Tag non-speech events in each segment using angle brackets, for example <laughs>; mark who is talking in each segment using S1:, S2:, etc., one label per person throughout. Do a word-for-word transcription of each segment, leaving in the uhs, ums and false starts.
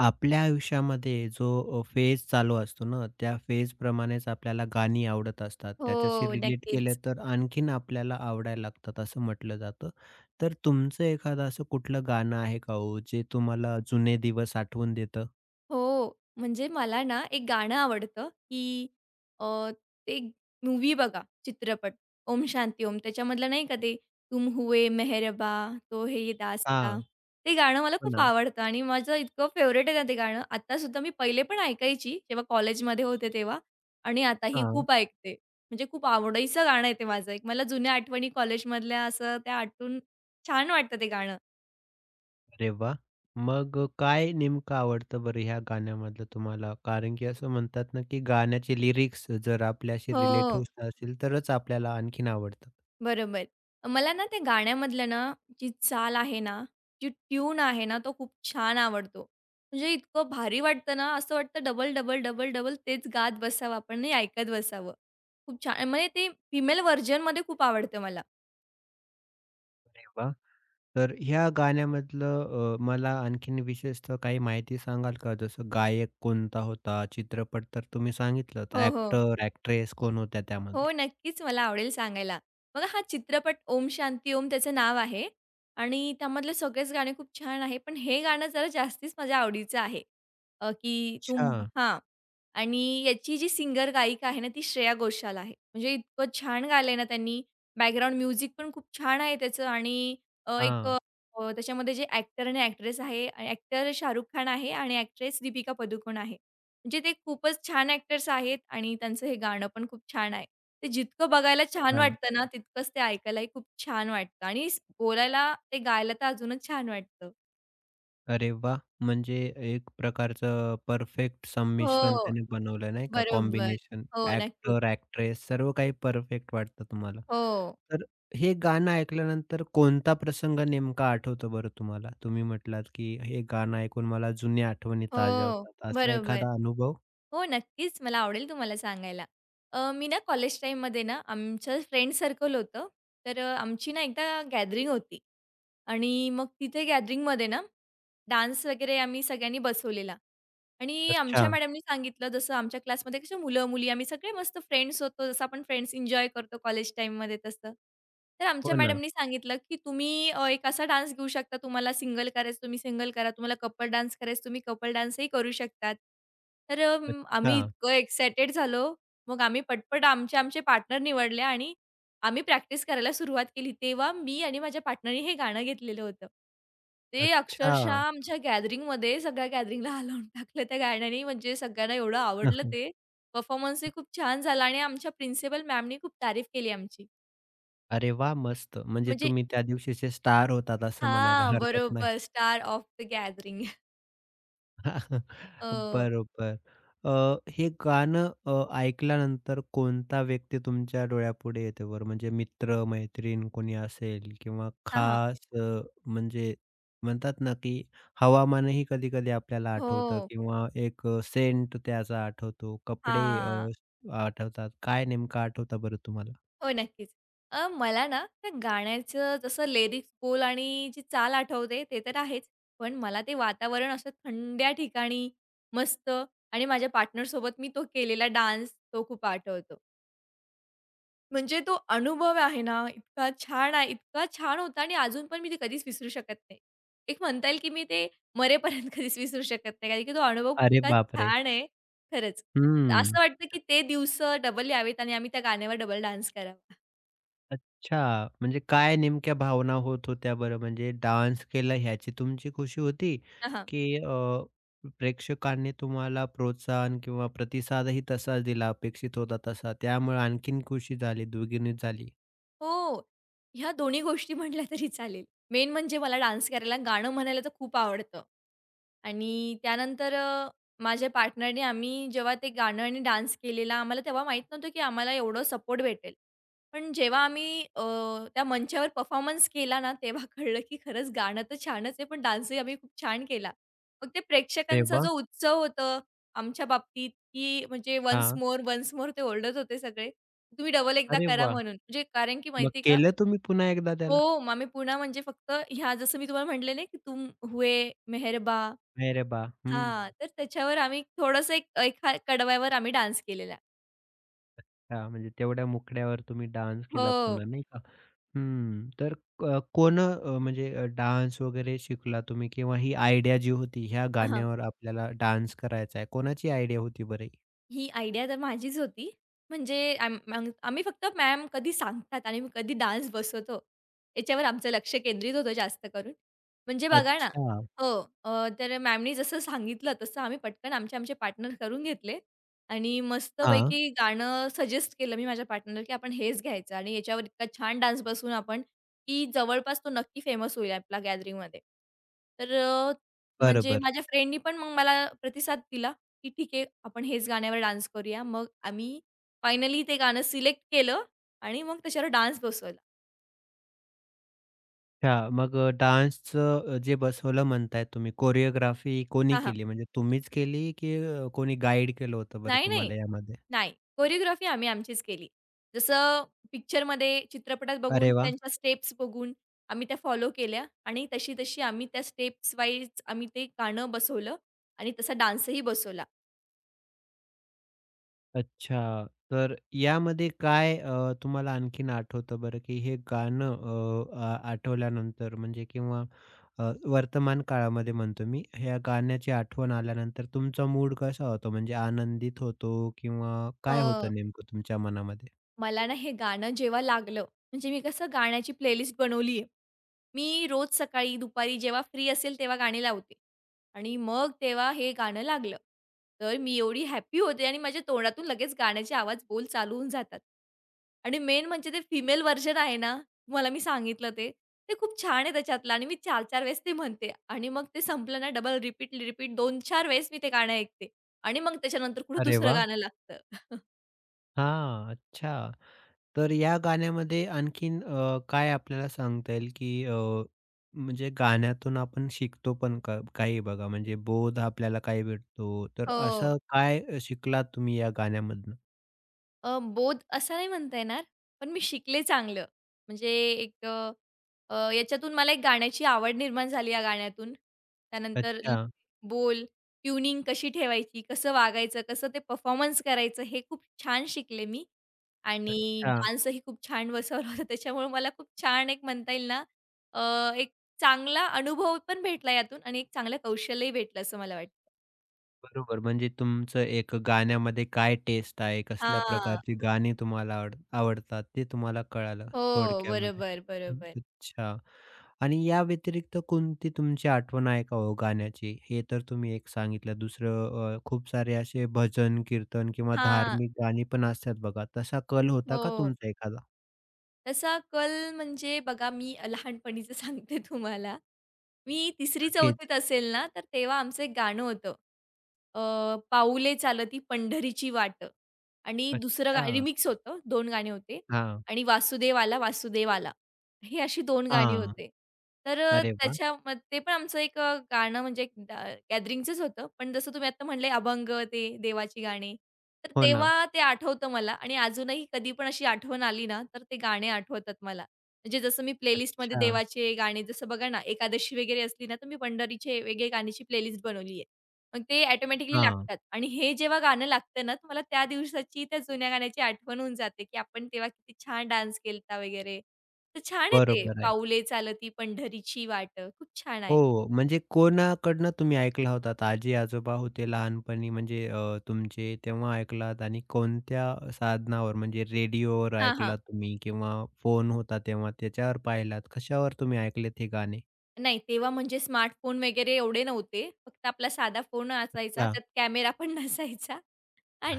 S1: आपल्या आयुष्यामध्ये जो फेज चालू असतो ना, त्या फेज फेजप्रमाणेच आपल्याला गाणी आवडत असतात. त्याच्याशी
S2: हो,
S1: रिलेट केलं
S2: नक्कीच.
S1: तर आणखीन आपल्याला आवडायला लागतात असं म्हटलं जातं. तर तुमचं एखादं असं कुठलं गाणं आहे का हो, जे तुम्हाला जुने दिवस आठवून देतं?
S2: हो, म्हणजे मला ना एक गाणं आवडतं, की अ, ते मूव्ही बघा, चित्रपट ओम शांती ओम. त्याच्यामधलं नाही का ते तुम हुए मेहरबा, तो हे ये दासता,
S1: हां,
S2: ते गाणं मला
S1: हो
S2: खूप
S1: ना.
S2: आवडतं आणि माझं इतकं फेवरेट आहे ना ते गाणं. आता सुद्धा मी पहिले पण ऐकायची जेव्हा कॉलेजमध्ये होते तेव्हा आणि आताही
S1: हां.
S2: खूप ऐकते. म्हणजे खूप आवडीचं गाणं आहे ते माझं एक. मला जुन्या आठवणी कॉलेजमधल्या असं त्या आठवून छान वाटतं ते गाणं.
S1: अरे वाह! मग काय नेमकं आवडतं बरं ह्या गाण्यामधलं तुम्हाला? कारण की असं म्हणतात ना, की गाण्याचे लिरिक्स जर आपल्याशी रिलेट
S2: हो.
S1: होत असतील तरच आपल्याला आणखीन आवडतं.
S2: बरोबर. मला ना त्या गाण्यामधलं ना, जी चाल आहे ना, जी ट्यून आहे ना, तो खूप छान आवडतो. म्हणजे इतकं भारी वाटतं ना, असं वाटतं डबल, डबल, डबल, डबल तेच गात बसावं आपण आणि ऐकत बसावं. खूप छान म्हणजे ते फिमेल व्हर्जनमध्ये खूप आवडतं मला.
S1: तर ह्या गाण्यामधलं अ, मला आणखीन विशेषतः काही माहिती सांगाल का? जसं गायक कोणता होता? चित्रपट तर तुम्ही सांगितलंत.
S2: हो, हो.
S1: ॲक्टर, ॲक्ट्रेस कोण होत्या
S2: हो,
S1: त्यामध्ये?
S2: नक्कीच मला आवडेल सांगायला. बघा हा चित्रपट ओम शांती ओम त्याचं नाव आहे आणि त्यामधले सगळेच गाणे खूप छान आहे. पण हे गाणं जरा जास्तीच माझ्या आवडीचं आहे. अ, की तुम
S1: अच्छा.
S2: हां. आणि याची जी सिंगर गायिका आहे ना ती श्रेया घोषाल आहे. म्हणजे इतकं छान गायलंय ना त्यांनी. बॅकग्राऊंड म्युझिक पण खूप छान आहे त्याचं आणि अ, एक
S1: हां.
S2: अ, त्याच्यामध्ये जे ॲक्टर आणि ॲक्ट्रेस आहे ॲक्टर शाहरुख खान आहे आणि ॲक्ट्रेस दीपिका पदुकोण आहे. म्हणजे ते खूपच छान ॲक्टर्स आहेत आणि त्यांचं हे गाणं पण खूप छान आहे. ते जितकं बघायला छान
S1: अच्छा.
S2: वाटतं ना, तितकंच ते ऐकायलाही खूप छान वाटतं आणि स बोलायला ते गायला तर अजूनच छान वाटतं.
S1: अरे वा म्हणजे एक प्रकारचं परफेक्ट संमिश्रण
S2: हो,
S1: त्याने बनवलं नाही का,
S2: बरोबर.
S1: कॉम्बिनेशन.
S2: हो, नक्कीच.
S1: ॲक्टर, ॲक्ट्रेस सर्व काही परफेक्ट वाटतं तुम्हाला.
S2: हो,
S1: तर हे गाणं ऐकल्यानंतर कोणता प्रसंग नेमका आठवतो बरं तुम्हाला? तुम्ही म्हटलात, की हे गाणं ऐकून मला जुन्या आठवणी ताज्या
S2: हो,
S1: होतात. असा
S2: बरोबर.
S1: एखादा अनुभव?
S2: हो, नक्कीच मला आवडेल तुम्हाला सांगायला. अ, मी ना कॉलेज टाईममध्ये ना आमचं फ्रेंड सर्कल होतं. तर अ, आमची ना एकदा गॅदरिंग होती आणि मग तिथे गॅदरिंगमध्ये ना डान्स वगैरे आम्ही सगळ्यांनी बसवलेला. आणि आमच्या
S1: अच्छा.
S2: मॅडमनी सांगितलं, जसं आमच्या क्लासमध्ये कशी मुलं-मुली आम्ही सगळे मस्त फ्रेंड्स होतो, जसं आपण फ्रेंड्स एन्जॉय करतो कॉलेज टाईममध्ये तसं. तर आमच्या
S1: हो ना.
S2: मॅडमनी सांगितलं, की तुम्ही अ, एक असा डान्स घेऊ शकता, तुम्हाला सिंगल करायचं तुम्ही सिंगल करा, तुम्हाला कपल डान्स करायचं तुम्ही कपल डान्सही करू शकतात. तर अ,
S1: अच्छा,
S2: आम्ही इतकं एक्सायटेड झालो. मग आम्ही पटपट आमचे आमचे पार्टनर निवडले आणि आम्ही प्रॅक्टिस करायला सुरुवात केली. तेव्हा मी आणि माझ्या पार्टनरनी हे गाणं घेतलेलं होतं. ते अक्षरशः
S1: अच्छा.
S2: आमच्या गॅदरिंगमध्ये सगळ्या गॅदरिंगला हलवून टाकलं त्या गाण्याने. म्हणजे सगळ्यांना एवढं आवडलं
S1: <laughs>
S2: ते. परफॉर्मन्सही खूप छान झाला आणि आमच्या प्रिन्सिपल मॅमनी खूप तारीफ केली आमची.
S1: अरे वाह! मस्त. म्हणजे
S2: म्हणजे
S1: तुम्ही त्या दिवशीचे स्टार होतात असं म्हणायला
S2: हां,
S1: हरकत नाही.
S2: बरोबर. Star of the gathering. <laughs>
S1: <laughs>
S2: अ,
S1: बरोबर. अ, हे गाणं अ, ऐकल्यानंतर कोणता व्यक्ती तुमच्या डोळ्यापुढे येते बरं? म्हणजे मित्र, मैत्रीण कोणी असेल किंवा
S2: हां, हां.
S1: खास अ, म्हणजे म्हणतात ना, की हवामानही कधी-कधी आपल्याला आठवतं
S2: हो.
S1: किंवा एक अ, सेंट त्याचा आठवतो, कपडे अ,
S2: हां.
S1: आठवतात. काय नेमकं आठवतं बरं तुम्हाला?
S2: हो, नक्कीच. अ, मला ना त्या गाण्याचं जसं लिरिक्स, बोल आणि जी चाल आठवते ते तर आहेच. पण मला ते वातावरण असं थंड्या ठिकाणी मस्त आणि माझ्या पार्टनरसोबत मी तो केलेला डान्स तो खूप आठवतो. म्हणजे तो अनुभव आहे ना इतका छान आहे, इतका छान होता आणि अजून पण मी ते कधीच विसरू शकत नाही. एक म्हणता येईल की मी ते मरेपर्यंत <laughs> कधीच विसरू शकत नाही. कारण की तो अनुभव
S1: अरे
S2: इतका
S1: बापरे!
S2: छान आहे खरंच.
S1: हं.
S2: असं वाटतं की ते दिवस डबल यावेत आणि आम्ही त्या गाण्यावर डबल डान्स करावा.
S1: अच्छा. म्हणजे काय नेमक्या भावना होत होत्या बरं? म्हणजे डान्स केला ह्याची तुमची खुशी होती, की अ, प्रेक्षकांनी तुम्हाला प्रोत्साहन किंवा प्रतिसादही तसाच दिला, अपेक्षित होता तसा, त्यामुळे आणखीन खुशी झाली, द्विगुणित झाली?
S2: हो. ह्या दोन्ही गोष्टी म्हटल्या तरी चालेल. मेन म्हणजे मला डान्स करायला, गाणं म्हणायला तर खूप आवडतं. आणि त्यानंतर अ, माझ्या पार्टनरने आम्ही जेव्हा ते गाणं आणि डान्स केलेला, आम्हाला तेव्हा माहीत नव्हतं की आम्हाला एवढं सपोर्ट भेटेल. पण जेव्हा आम्ही अ, त्या मंचावर परफॉर्मन्स केला ना, तेव्हा कळलं की खरंच गाणं तर छानच आहे, पण डान्सही आम्ही खूप छान केला. मग ते
S1: अरे
S2: प्रेक्षकांचा
S1: वाह!
S2: जो उत्सव होतं आमच्या बाबतीत, की म्हणजे वन्स
S1: हां.
S2: मोर, वन्स मोर ते ओरडत होते सगळे. तुम्ही डबल एकदा
S1: अरे
S2: करा
S1: वाह!
S2: म्हणून. म्हणजे कारण की
S1: मग
S2: माहिती का
S1: केलं तुम्ही पुन्हा एकदा त्याला?
S2: हो, मग आम्ही पुन्हा म्हणजे फक्त ह्या जसं मी तुम्हाला म्हटले नाही की "तुम हुए मेहरबा"
S1: अरे वाह! हं.
S2: हां, तर त्याच्यावर आम्ही थोडंसं एक एका कडव्यावर आम्ही डान्स केलेला.
S1: हां, म्हणजे तेवढ्या मुखड्यावर तुम्ही डान्स केला
S2: हो.
S1: पुन्हा, नाही का? हम्म. तर अ, कोणं अ, म्हणजे डान्स वगैरे शिकला तुम्ही किंवा ही आयडिया जी होती ह्या
S2: हां,
S1: गाण्यावर आपल्याला डान्स करायचा आहे. कोणाची आयडिया होती बरं ही?
S2: ही आयडिया तर माझीच होती. म्हणजे आम आम आम्ही फक्त मॅम कधी सांगतात आणि मग कधी डान्स बसवतो, याच्यावर आमचं लक्ष केंद्रित होतं जास्त करून. म्हणजे बघा ना
S1: अच्छा.
S2: हो, अ, तर मॅमनी जसं सांगितलं तसं आम्ही पटकन आमचे-आमचे पार्टनर करून घेतले आणि
S1: हां.
S2: मस्तपैकी गाणं सजेस्ट केलं मी माझ्या पार्टनरला, की आपण हेच घ्यायचं आणि याच्यावर इतका छान डान्स बसवू आपण, की जवळपास तो नक्की फेमस होईल आपल्या गॅदरिंगमध्ये. तर अ, म्हणजे
S1: बरोबर.
S2: माझ्या फ्रेंडनी पण मग मला प्रतिसाद दिला. की ठीक आहे, आपण हेच गाण्यावर डान्स करूया. मग आम्ही फायनली ते गाणं सिलेक्ट केलं आणि मग त्याच्यावर डान्स बसवला.
S1: अच्छा. मग अ, डान्सचं अ, जे बसवलं म्हणताय तुम्ही कोरिओग्राफी कोणी
S2: हां, हां.
S1: केली? म्हणजे तुम्हीच केली की अ, कोणी गाईड केलं होतं बरं
S2: नाही, नाही.
S1: तुम्हाला यामध्ये?
S2: नाही. कोरिओग्राफी आम्ही आमचीच केली. जसं पिक्चरमध्ये, चित्रपटात बघून
S1: अरे वाह!
S2: त्यांच्या स्टेप्स बघून आम्ही त्या फॉलो केल्या आणि तशी-तशी आम्ही त्या स्टेप्स वाईज आम्ही ते गाणं बसवलं आणि तसा डान्सही बसवला.
S1: अच्छा. तर यामध्ये काय अ, तुम्हाला आणखीन आठवतं बरं की हे गाणं अ, आ आठवल्यानंतर म्हणजे किंवा अ, वर्तमान काळामध्ये म्हणतो मी, ह्या गाण्याची आठवण आल्यानंतर तुमचा मूड कसा होतो? म्हणजे आनंदित होतो किंवा काय
S2: अ,
S1: होतं नेमकं तुमच्या मनामध्ये?
S2: मला ना हे गाणं जेव्हा लागलं, म्हणजे मी कसं गाण्याची प्लेलिस्ट बनवली आहे. मी रोज सकाळी, दुपारी जेव्हा फ्री असेल तेव्हा गाणी लावते आणि मग तेव्हा हे गाणं लागलं. तर मी एवढी हॅपी होते आणि माझ्या तोंडातून लगेच गाण्याचे आवाज बोल चालू होऊन जातात. आणि मेन म्हणजे ते फिमेल व्हर्जन आहे ना, तुम्हाला मी सांगितलं ते, ते खूप छान आहे त्याच्यातलं आणि मी चार चार वेळेस ते म्हणते आणि मग ते संपलं ना डबल रिपीट, रिपीट दोन चार वेळेस मी ते गाणं ऐकते आणि मग त्याच्यानंतर कुठं
S1: अरे
S2: दुसरं
S1: वाह!
S2: गाणं लागतं. <laughs>
S1: हां, अच्छा. तर या गाण्यामध्ये आणखीन अ, काय आपल्याला सांगता येईल, की अ, म्हणजे गाण्यातून आपण शिकतो पण का काही बघा, म्हणजे बोध आपल्याला काय भेटतो. तर
S2: हो.
S1: असं काय शिकलात तुम्ही या गाण्यामधनं?
S2: अ, बोध असं नाही म्हणता येणार, पण मी शिकले चांगलं. म्हणजे एक अ, याच्यातून मला एक गाण्याची आवड निर्माण झाली या गाण्यातून. त्यानंतर ल-
S1: अच्छा,
S2: बोल, ट्यूनिंग कशी ठेवायची, कसं वागायचं, कसं ते परफॉर्मन्स करायचं हे खूप छान शिकले मी आणि
S1: अच्छा.
S2: डान्सही खूप छान बसवला होता. त्याच्यामुळे मला खूप छान एक म्हणता येईल ना, अ, एक चांगला अनुभव पण भेटला यातून आणि एक चांगलं कौशल्यही भेटलं असं मला वाटतं.
S1: बरोबर. म्हणजे तुमचं एक गाण्यामध्ये काय टेस्ट आहे, कसल्या
S2: हां.
S1: प्रकारची गाणी तुम्हाला आवड आवडतात ते तुम्हाला कळालं
S2: हो,
S1: थोडक्यामध्ये.
S2: बरोबर,
S1: हं,
S2: बरोबर.
S1: अच्छा. आणि या व्यतिरिक्त कोणती तुमची आठवण आहे का हो गाण्याची? हे तर तुम्ही एक सांगितलं. दुसरं अ, खूप सारे असे भजन, कीर्तन किंवा
S2: हां.
S1: धार्मिक गाणी पण असतात बघा. तसा कल होता का
S2: हो.
S1: तुमचा एखादा?
S2: तसा कल म्हणजे बघा, मी लहानपणीचं सांगते तुम्हाला. मी
S1: नक्कीच.
S2: तिसरी चौथीत असेल ना, तर तेव्हा आमचं एक गाणं होतं. अ, पाऊले चालती पंढरीची वाट आणि दुसरं गा
S1: अच्छा.
S2: रिमिक्स होतं. दोन गाणे होते
S1: हां.
S2: आणि वासुदेव आला वासुदेव आला. हे अशी दोन गाणी
S1: हां.
S2: होते. तर अ,
S1: अरे वाह!
S2: त्याच्याम ते पण आमचं एक अ, गाणं म्हणजे एक ड गॅदरिंगचंच होतं. पण जसं तुम्ही आता म्हणले अभंग ते देवाची गाणी, तर
S1: हो ना.
S2: तेव्हा ते आठवतं मला आणि अजूनही कधी पण अशी आठवण आली ना, तर ते गाणे आठवतात मला. म्हणजे जसं मी प्लेलिस्टमध्ये
S1: अच्छा.
S2: देवाचे गाणे जसं बघा ना, एकादशी वगैरे असली ना, तर मी पंढरीचे वेगळे गाण्याची प्लेलिस्ट बनवली आहे. मग ते ऑटोमॅटिकली
S1: हां.
S2: लागतात आणि हे जेव्हा गाणं लागतं ना, तर मला त्या दिवसाची, त्या जुन्या गाण्याची आठवण होऊन जाते, की आपण तेव्हा किती छान डान्स केलता वगैरे. तर छान आहे ते,
S1: बरोबर आहे.
S2: "पाऊले चालती पंढरीची वाट." खूप छान आहे.
S1: हो, म्हणजे कोणाकडनं तुम्ही ऐकला होतात? आजी-आजोबा होते लहानपणी म्हणजे अ, तुमचे तेव्हा ऐकलात आणि कोणत्या साधनावर म्हणजे रेडिओवर
S2: हां, हां.
S1: ऐकलात तुम्ही किंवा फोन होता तेव्हा त्याच्यावर पाहिलात? कशावर तुम्ही ऐकलेत हे गाणे?
S2: नाही, तेव्हा म्हणजे स्मार्टफोन वगैरे एवढे नव्हते. फक्त आपला साधा फोन असायचा,
S1: अच्छा.
S2: त्यात कॅमेरा पण <laughs> नसायचा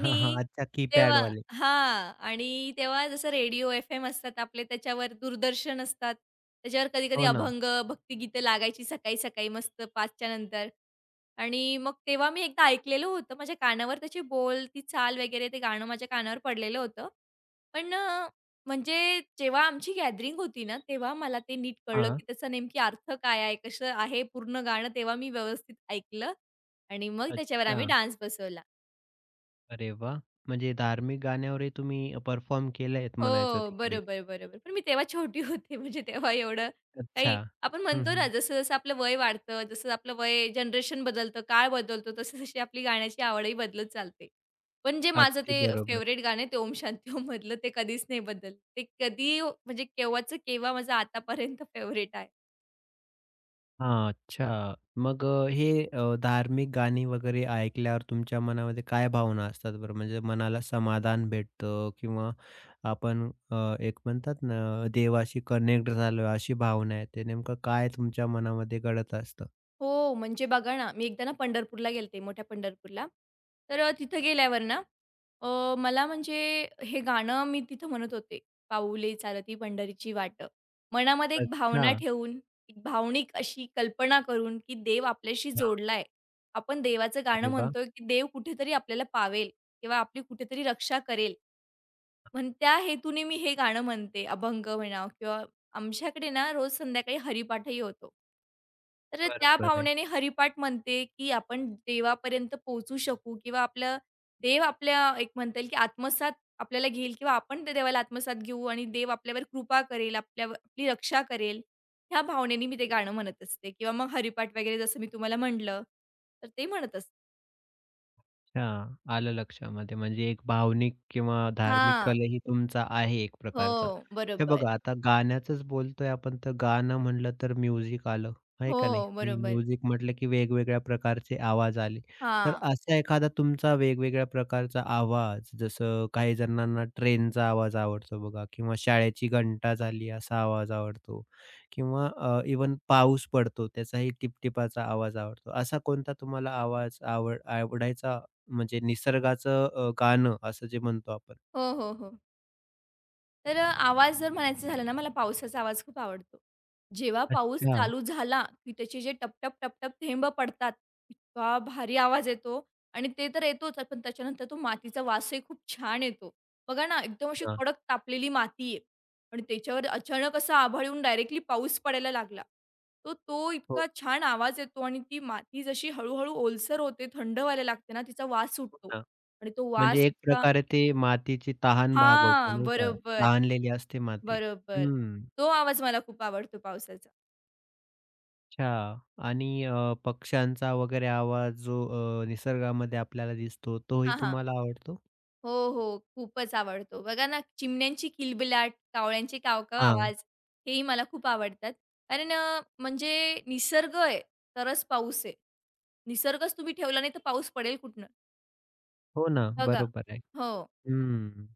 S1: हां, हां. अच्छा
S2: तेव्हा
S1: कीपॅडवाले.
S2: हां आणि तेव्हा जसं रेडिओ एफ-एम असतात आपले, त्याच्यावर दूरदर्शन असतात. त्याच्यावर कधी-कधी
S1: हो ना.
S2: अभंग, भक्तिगीतं लागायची सकाळी-सकाळी मस्त पाचच्या नंतर आणि मग तेव्हा मी एकदा ऐकलेलं होतं. माझ्या कानावर त्याचे बोल, ती चाल वगैरे ते गाणं माझ्या कानावर पडलेलं होतं. पण म्हणजे जेव्हा आमची गॅदरिंग होती ना, तेव्हा मला ते नीट कळलं,
S1: हां.
S2: की त्याचा नेमकी अर्थ काय आहे? कसं आहे पूर्ण गाणं? तेव्हा मी व्यवस्थित ऐकलं आणि मग त्याच्यावर
S1: अच्छा.
S2: आम्ही डान्स बसवला.
S1: अरे वाह! म्हणजे धार्मिक गाण्यावरही तुम्ही परफॉर्म केलेत म्हणायचं
S2: हो,
S1: तिकडे.
S2: बरोबर, बरोबर. पण मी तेव्हा छोटी <laughs> होते म्हणजे तेव्हा एवढं
S1: अच्छा.
S2: काही आपण
S1: हं,
S2: म्हणतो ना,
S1: हं.
S2: जसं-जसं आपलं वय वाढतं, जसं आपलं वय जनरेशन बदलतं, काळ बदलतो, तशी-तशी आपली गाण्याची आवडही बदलत चालते. पण जे माझं
S1: अगदी
S2: ते
S1: बरोबर.
S2: फेव्हरेट गाणं आहे ते ओम शांती ओम मधलं ते कधीच नाही बदललं. ते कधी म्हणजे केव्हाचं केव्हा माझं आतापर्यंत फेव्हरेट आहे.
S1: हां, अच्छा. मग अ, हे अ, धार्मिक गाणी वगैरे ऐकल्यावर तुमच्या मनामध्ये काय भावना असतात बरं? म्हणजे मनाला समाधान भेटतं किंवा आपण अ, एक म्हणतात ना, देवाशी कनेक्ट झालो अशी भावना येते. नेमकं काय तुमच्या मनामध्ये घडत असतं?
S2: हो, म्हणजे बघा ना, मी एकदा ना पंढरपूरला गेले होते, मोठ्या पंढरपूरला. तर अ, तिथं गेल्यावर ना अ, मला म्हणजे हे गाणं मी तिथं म्हणत होते, "पाऊले चालती पंढरीची वाट." मनामध्ये एक
S1: अच्छा.
S2: भावना ठेवून, एक भावनिक अशी कल्पना करून, की देव आपल्याशी
S1: हां.
S2: जोडलाय. आपण देवाचं गाणं
S1: अरे वाह!
S2: म्हणतोय, की देव कुठेतरी आपल्याला पावेल किंवा आपली कुठेतरी रक्षा करेल. म्हणून त्या हेतूने मी हे गाणं म्हणते, अभंग म्हणा किंवा आमच्याकडे ना रोज संध्याकाळी हरिपाठही होतो. तर त्या
S1: बरोबर आहे.
S2: भावनेने हरिपाठ म्हणते, की आपण देवापर्यंत पोहोचू शकू किंवा आपलं देव आपल्या एक म्हणता येईल, की आत्मसात आपल्याला घेईल किंवा आपण त्या देवाला आत्मसात घेऊ आणि देव आपल्यावर कृपा करेल, आपल्यावर आपली रक्षा करेल. ह्या भावनेने मी ते गाणं म्हणत असते किंवा मग हरिपाठ वगैरे जसं मी तुम्हाला म्हटलं, तर ते म्हणत असते.
S1: अच्छा. आलं लक्षामध्ये. म्हणजे एक भावनिक किंवा धार्मिक
S2: हां.
S1: कलही तुमचा आहे एक प्रकारचा.
S2: हो,
S1: हे
S2: बरोबर.
S1: बघा आता गाण्याचंच बोलतोय आपण तर गाणं म्हटलं तर म्युझिक आलं, आहे का नाही?
S2: हो,
S1: आणि
S2: बरोबर.
S1: म्युझिक म्हटलं की वेगवेगळ्या प्रकारचे आवाज आले. तर
S2: हां.
S1: असा एखादा तुमचा वेगवेगळ्या प्रकारचा आवाज जसं काही जणांना ट्रेनचा आवाज आवडतो बघा किंवा शाळेची घंटा झाली असा आवाज आवडतो किंवा अ, पाऊस पडतो त्याचाही टिपटिपाचा आवाज आवडतो. असा कोणता तुम्हाला आवाज आवड आवडायचा म्हणजे निसर्गाचं अ, गाणं असं जे म्हणतो आपण.
S2: हो, हो, हो. तर अ, आवाज जर म्हणायचं झालं ना, मला पावसाचा आवाज खूप आवडतो. जेव्हा पाऊस
S1: अच्छा.
S2: चालू झाला, की त्याचे जे टपटप टपटप टप-टप थेंब पडतात, इतका भारी आवाज येतो आणि ते तर येतोच, पण त्याच्यानंतर तो मातीचा वासही खूप छान येतो. बघा ना, एकदम अशी
S1: हां.
S2: कडक तापलेली माती आहे आणि त्याच्यावर अचानक असं आभाळ येऊन डायरेक्टली पाऊस पडायला लागला. तो तो इतका
S1: हो,
S2: छान आवाज येतो आणि ती माती जशी हळू ओलसर होते, थंड व्हायला लागते ना, तिचा वास
S1: हो
S2: सुटतो
S1: ना.
S2: आणि तो वास
S1: म्हणजे एक
S2: इतका
S1: प्रकारे ते मातीची तहान भागवतो
S2: हां,
S1: नाही का?
S2: बरोबर.
S1: तहानलेली असते माती.
S2: बरोबर.
S1: हं.
S2: तो आवाज मला खूप आवडतो पावसाचा.
S1: अच्छा. आणि अ, पक्ष्यांचा वगैरे आवाज जो अ, निसर्गामध्ये आपल्याला दिसतो तोही
S2: हां, हां.
S1: तुम्हाला आवडतो?
S2: हो, हो. खूपच आवडतो. बघा ना, चिमण्यांची किलबिलाट, कावळ्यांचे कावकाव
S1: हां.
S2: आवाज हेही मला खूप आवडतात. कारण अ, म्हणजे निसर्ग आहे, तरच पाऊस आहे. निसर्गच तुम्ही ठेवला नाही तर पाऊस पडेल कुठनं?
S1: हो ना.
S2: हो. बघा.
S1: बरोबर आहे.
S2: हो,
S1: हं.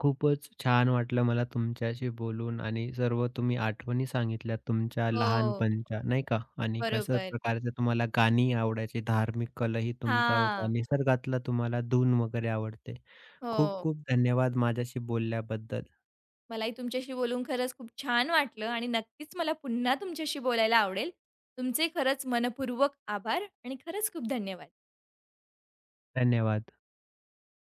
S1: खूपच छान वाटलं मला तुमच्याशी बोलून आणि सर्व तुम्ही आठवणी सांगितल्या तुमच्या
S2: हो.
S1: लहानपणच्या नाही का आणि कशा
S2: बरोबर.
S1: प्रकारच्या तुम्हाला गाणी आवडायची, धार्मिक कलही तुमचा होता,
S2: हां.
S1: निसर्गातला तुम्हाला धून वगैरे आवडते. खूप
S2: हो.
S1: खूप धन्यवाद माझ्याशी बोलल्याबद्दल.
S2: मलाही तुमच्याशी बोलून खरंच खूप छान वाटलं आणि नक्कीच मला पुन्हा तुमच्याशी बोलायला आवडेल. तुमचे खरंच मनःपूर्वक आभार आणि खरंच खूप धन्यवाद.
S1: धन्यवाद.